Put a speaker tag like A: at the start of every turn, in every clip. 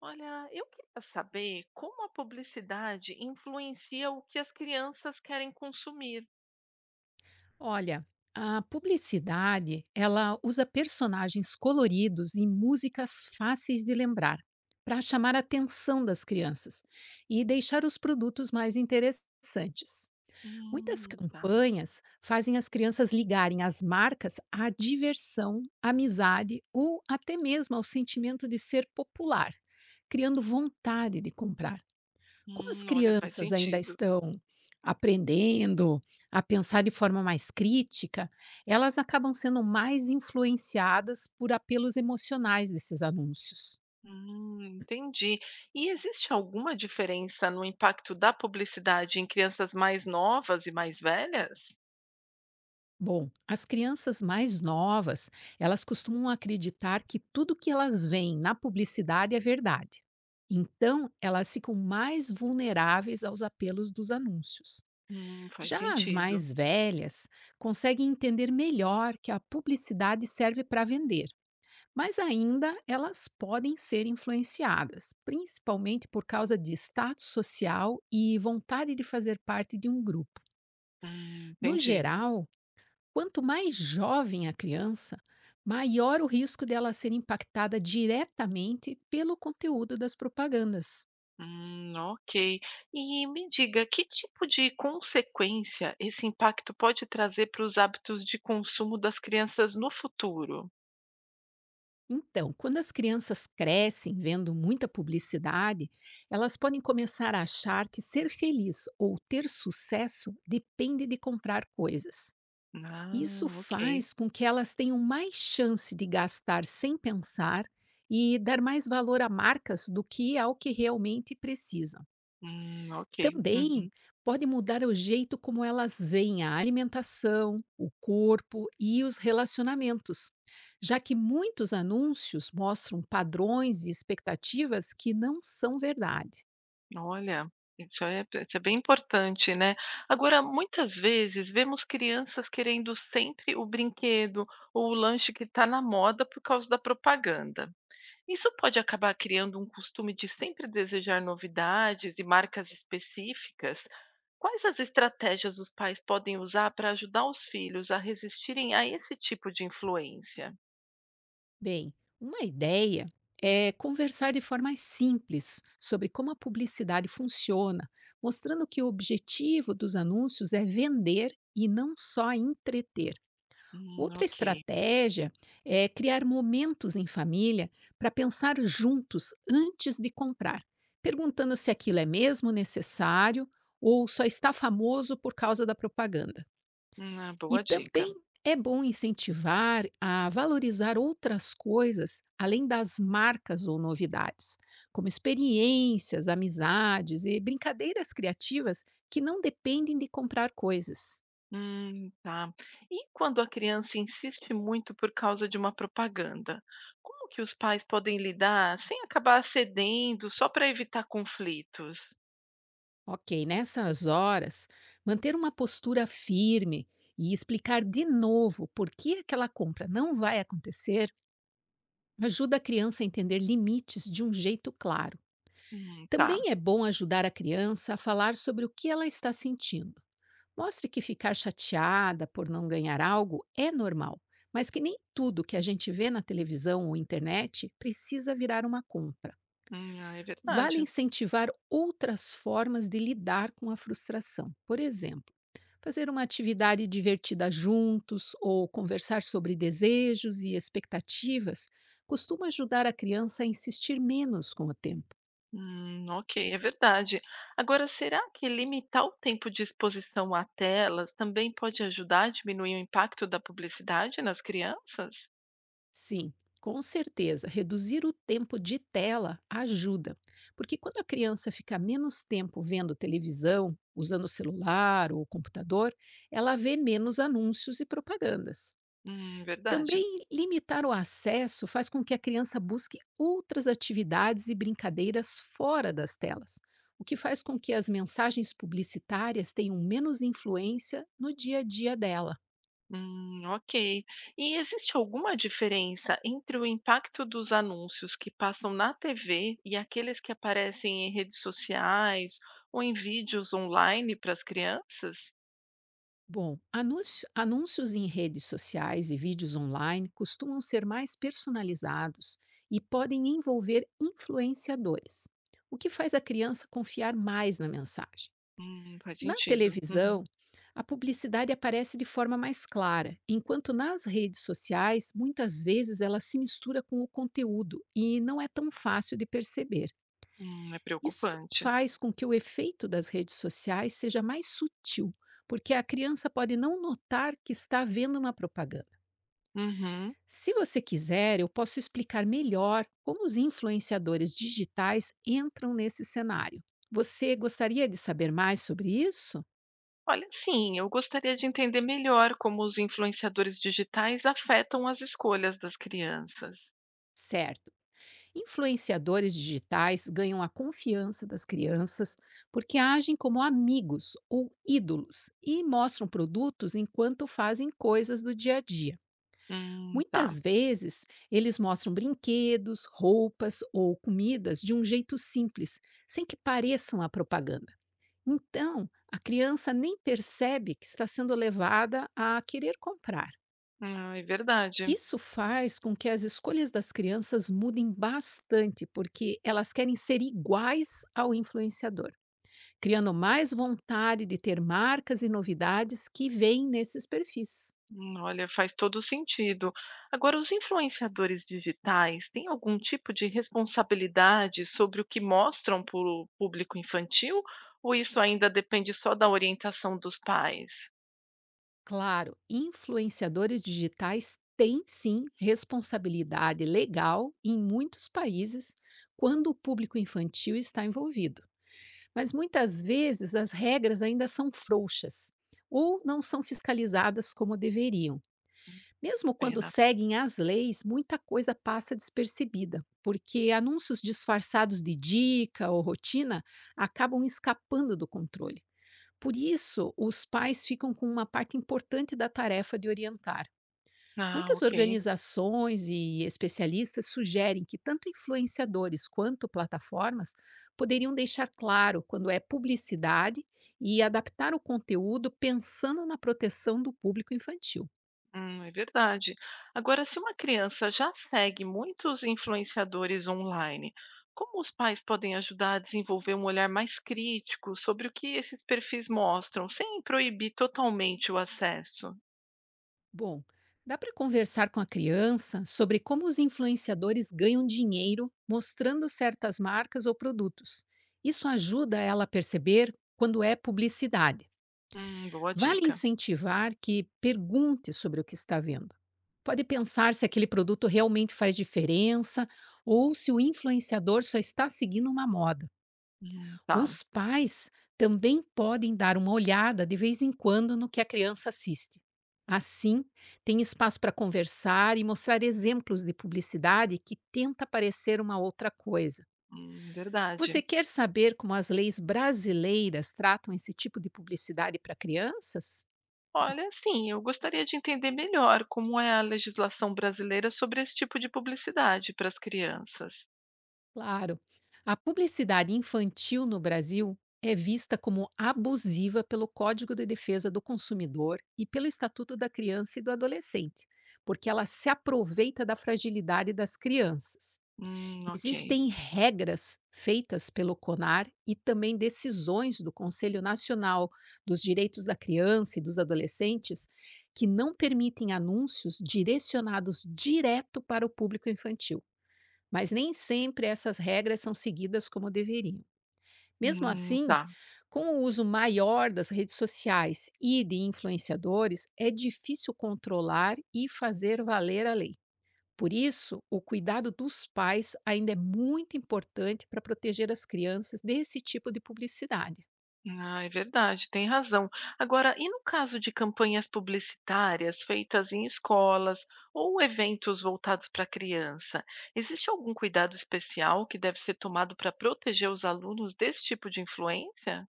A: Olha, eu queria saber como a publicidade influencia o que as crianças querem consumir.
B: Olha, a publicidade, ela usa personagens coloridos e músicas fáceis de lembrar para chamar a atenção das crianças e deixar os produtos mais interessantes. Muitas
A: Tá.
B: campanhas fazem as crianças ligarem as marcas à diversão, amizade ou até mesmo ao sentimento de ser popular, criando vontade de comprar. Como as
A: Olha, faz
B: crianças ainda
A: sentido.
B: estão aprendendo a pensar de forma mais crítica, elas acabam sendo mais influenciadas por apelos emocionais desses anúncios.
A: Entendi. E existe alguma diferença no impacto da publicidade em crianças mais novas e mais velhas?
B: Bom, as crianças mais novas, elas costumam acreditar que tudo que elas veem na publicidade é verdade. Então, elas ficam mais vulneráveis aos apelos dos anúncios.
A: Faz
B: Já as
A: sentido.
B: mais velhas conseguem entender melhor que a publicidade serve para vender. Mas ainda elas podem ser influenciadas, principalmente por causa de status social e vontade de fazer parte de um grupo. No
A: Entendi.
B: geral, quanto mais jovem a criança, maior o risco dela ser impactada diretamente pelo conteúdo das propagandas.
A: Ok. E me diga, que tipo de consequência esse impacto pode trazer para os hábitos de consumo das crianças no futuro?
B: Então, quando as crianças crescem vendo muita publicidade, elas podem começar a achar que ser feliz ou ter sucesso depende de comprar coisas.
A: Ah,
B: Isso
A: ok.
B: faz com que elas tenham mais chance de gastar sem pensar e dar mais valor a marcas do que ao que realmente precisam.
A: Ok.
B: Também
A: Uhum.
B: pode mudar o jeito como elas veem a alimentação, o corpo e os relacionamentos, já que muitos anúncios mostram padrões e expectativas que não são verdade.
A: Olha, isso é bem importante, né? Agora, muitas vezes vemos crianças querendo sempre o brinquedo ou o lanche que está na moda por causa da propaganda. Isso pode acabar criando um costume de sempre desejar novidades e marcas específicas. Quais as estratégias os pais podem usar para ajudar os filhos a resistirem a esse tipo de influência?
B: Bem, uma ideia é conversar de forma simples sobre como a publicidade funciona, mostrando que o objetivo dos anúncios é vender e não só entreter. Outra
A: Ok.
B: estratégia é criar momentos em família para pensar juntos antes de comprar, perguntando se aquilo é mesmo necessário ou só está famoso por causa da propaganda.
A: Uma
B: E
A: boa dica.
B: também é bom incentivar a valorizar outras coisas além das marcas ou novidades, como experiências, amizades e brincadeiras criativas que não dependem de comprar coisas.
A: Tá. E quando a criança insiste muito por causa de uma propaganda, como que os pais podem lidar sem acabar cedendo só para evitar conflitos?
B: Ok, nessas horas, manter uma postura firme e explicar de novo por que aquela compra não vai acontecer ajuda a criança a entender limites de um jeito claro.
A: Tá.
B: Também é bom ajudar a criança a falar sobre o que ela está sentindo. Mostre que ficar chateada por não ganhar algo é normal, mas que nem tudo que a gente vê na televisão ou internet precisa virar uma compra.
A: Ah, é
B: Vale
A: verdade.
B: incentivar outras formas de lidar com a frustração. Por exemplo, fazer uma atividade divertida juntos ou conversar sobre desejos e expectativas costuma ajudar a criança a insistir menos com o tema.
A: Ok, é verdade. Agora, será que limitar o tempo de exposição a telas também pode ajudar a diminuir o impacto da publicidade nas crianças?
B: Sim, com certeza. Reduzir o tempo de tela ajuda, porque quando a criança fica menos tempo vendo televisão, usando o celular ou o computador, ela vê menos anúncios e propagandas.
A: Verdade.
B: Também limitar o acesso faz com que a criança busque outras atividades e brincadeiras fora das telas, o que faz com que as mensagens publicitárias tenham menos influência no dia a dia dela.
A: Ok. E existe alguma diferença entre o impacto dos anúncios que passam na TV e aqueles que aparecem em redes sociais ou em vídeos online para as crianças?
B: Bom, anúncios em redes sociais e vídeos online costumam ser mais personalizados e podem envolver influenciadores, o que faz a criança confiar mais na mensagem.
A: Faz
B: Na
A: sentido. Uhum.
B: televisão, a publicidade aparece de forma mais clara, enquanto nas redes sociais, muitas vezes ela se mistura com o conteúdo e não é tão fácil de perceber.
A: É
B: Isso
A: preocupante.
B: faz com que o efeito das redes sociais seja mais sutil, porque a criança pode não notar que está vendo uma propaganda.
A: Uhum.
B: Se você quiser, eu posso explicar melhor como os influenciadores digitais entram nesse cenário. Você gostaria de saber mais sobre isso?
A: Olha, sim, eu gostaria de entender melhor como os influenciadores digitais afetam as escolhas das crianças.
B: Certo. Influenciadores digitais ganham a confiança das crianças porque agem como amigos ou ídolos e mostram produtos enquanto fazem coisas do dia a dia.
A: Tá.
B: Muitas vezes, eles mostram brinquedos, roupas ou comidas de um jeito simples, sem que pareçam a propaganda. Então, a criança nem percebe que está sendo levada a querer comprar.
A: Ah, é verdade.
B: Isso faz com que as escolhas das crianças mudem bastante, porque elas querem ser iguais ao influenciador, criando mais vontade de ter marcas e novidades que vêm nesses perfis.
A: Olha, faz todo sentido. Agora, os influenciadores digitais têm algum tipo de responsabilidade sobre o que mostram para o público infantil? Ou isso ainda depende só da orientação dos pais?
B: Claro, influenciadores digitais têm sim responsabilidade legal em muitos países quando o público infantil está envolvido. Mas muitas vezes as regras ainda são frouxas ou não são fiscalizadas como deveriam. Mesmo quando
A: Pena.
B: seguem as leis, muita coisa passa despercebida, porque anúncios disfarçados de dica ou rotina acabam escapando do controle. Por isso, os pais ficam com uma parte importante da tarefa de orientar.
A: Ah,
B: Muitas
A: ok.
B: organizações e especialistas sugerem que tanto influenciadores quanto plataformas poderiam deixar claro quando é publicidade e adaptar o conteúdo pensando na proteção do público infantil.
A: É verdade. Agora, se uma criança já segue muitos influenciadores online, como os pais podem ajudar a desenvolver um olhar mais crítico sobre o que esses perfis mostram, sem proibir totalmente o acesso?
B: Bom, dá para conversar com a criança sobre como os influenciadores ganham dinheiro mostrando certas marcas ou produtos. Isso ajuda ela a perceber quando é publicidade.
A: Boa
B: Vale
A: dica.
B: incentivar que pergunte sobre o que está vendo. Pode pensar se aquele produto realmente faz diferença ou se o influenciador só está seguindo uma moda.
A: Tá.
B: Os pais também podem dar uma olhada de vez em quando no que a criança assiste. Assim, tem espaço para conversar e mostrar exemplos de publicidade que tenta parecer uma outra coisa.
A: Verdade.
B: Você quer saber como as leis brasileiras tratam esse tipo de publicidade para crianças?
A: Olha, sim, eu gostaria de entender melhor como é a legislação brasileira sobre esse tipo de publicidade para as crianças.
B: Claro. A publicidade infantil no Brasil é vista como abusiva pelo Código de Defesa do Consumidor e pelo Estatuto da Criança e do Adolescente, porque ela se aproveita da fragilidade das crianças.
A: Ok.
B: Existem regras feitas pelo CONAR e também decisões do Conselho Nacional dos Direitos da Criança e dos Adolescentes que não permitem anúncios direcionados direto para o público infantil, mas nem sempre essas regras são seguidas como deveriam. Mesmo assim,
A: Tá.
B: com o uso maior das redes sociais e de influenciadores, é difícil controlar e fazer valer a lei. Por isso, o cuidado dos pais ainda é muito importante para proteger as crianças desse tipo de publicidade.
A: Ah, é verdade, tem razão. Agora, e no caso de campanhas publicitárias feitas em escolas ou eventos voltados para criança, existe algum cuidado especial que deve ser tomado para proteger os alunos desse tipo de influência?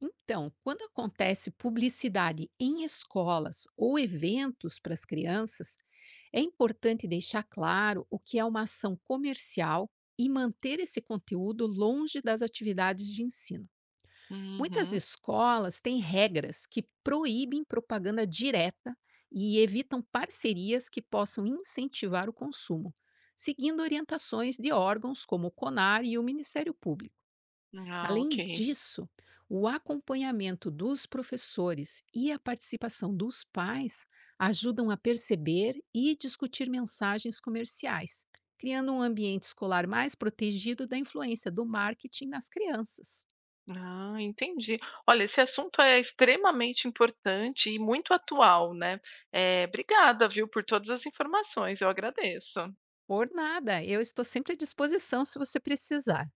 B: Então, quando acontece publicidade em escolas ou eventos para as crianças, é importante deixar claro o que é uma ação comercial e manter esse conteúdo longe das atividades de ensino. Muitas
A: Uhum.
B: escolas têm regras que proíbem propaganda direta e evitam parcerias que possam incentivar o consumo, seguindo orientações de órgãos como o CONAR e o Ministério Público.
A: Ah,
B: Além
A: ok.
B: disso, o acompanhamento dos professores e a participação dos pais ajudam a perceber e discutir mensagens comerciais, criando um ambiente escolar mais protegido da influência do marketing nas crianças.
A: Ah, entendi. Olha, esse assunto é extremamente importante e muito atual, né? É, obrigada, viu, por todas as informações, eu agradeço.
B: Por nada, eu estou sempre à disposição se você precisar.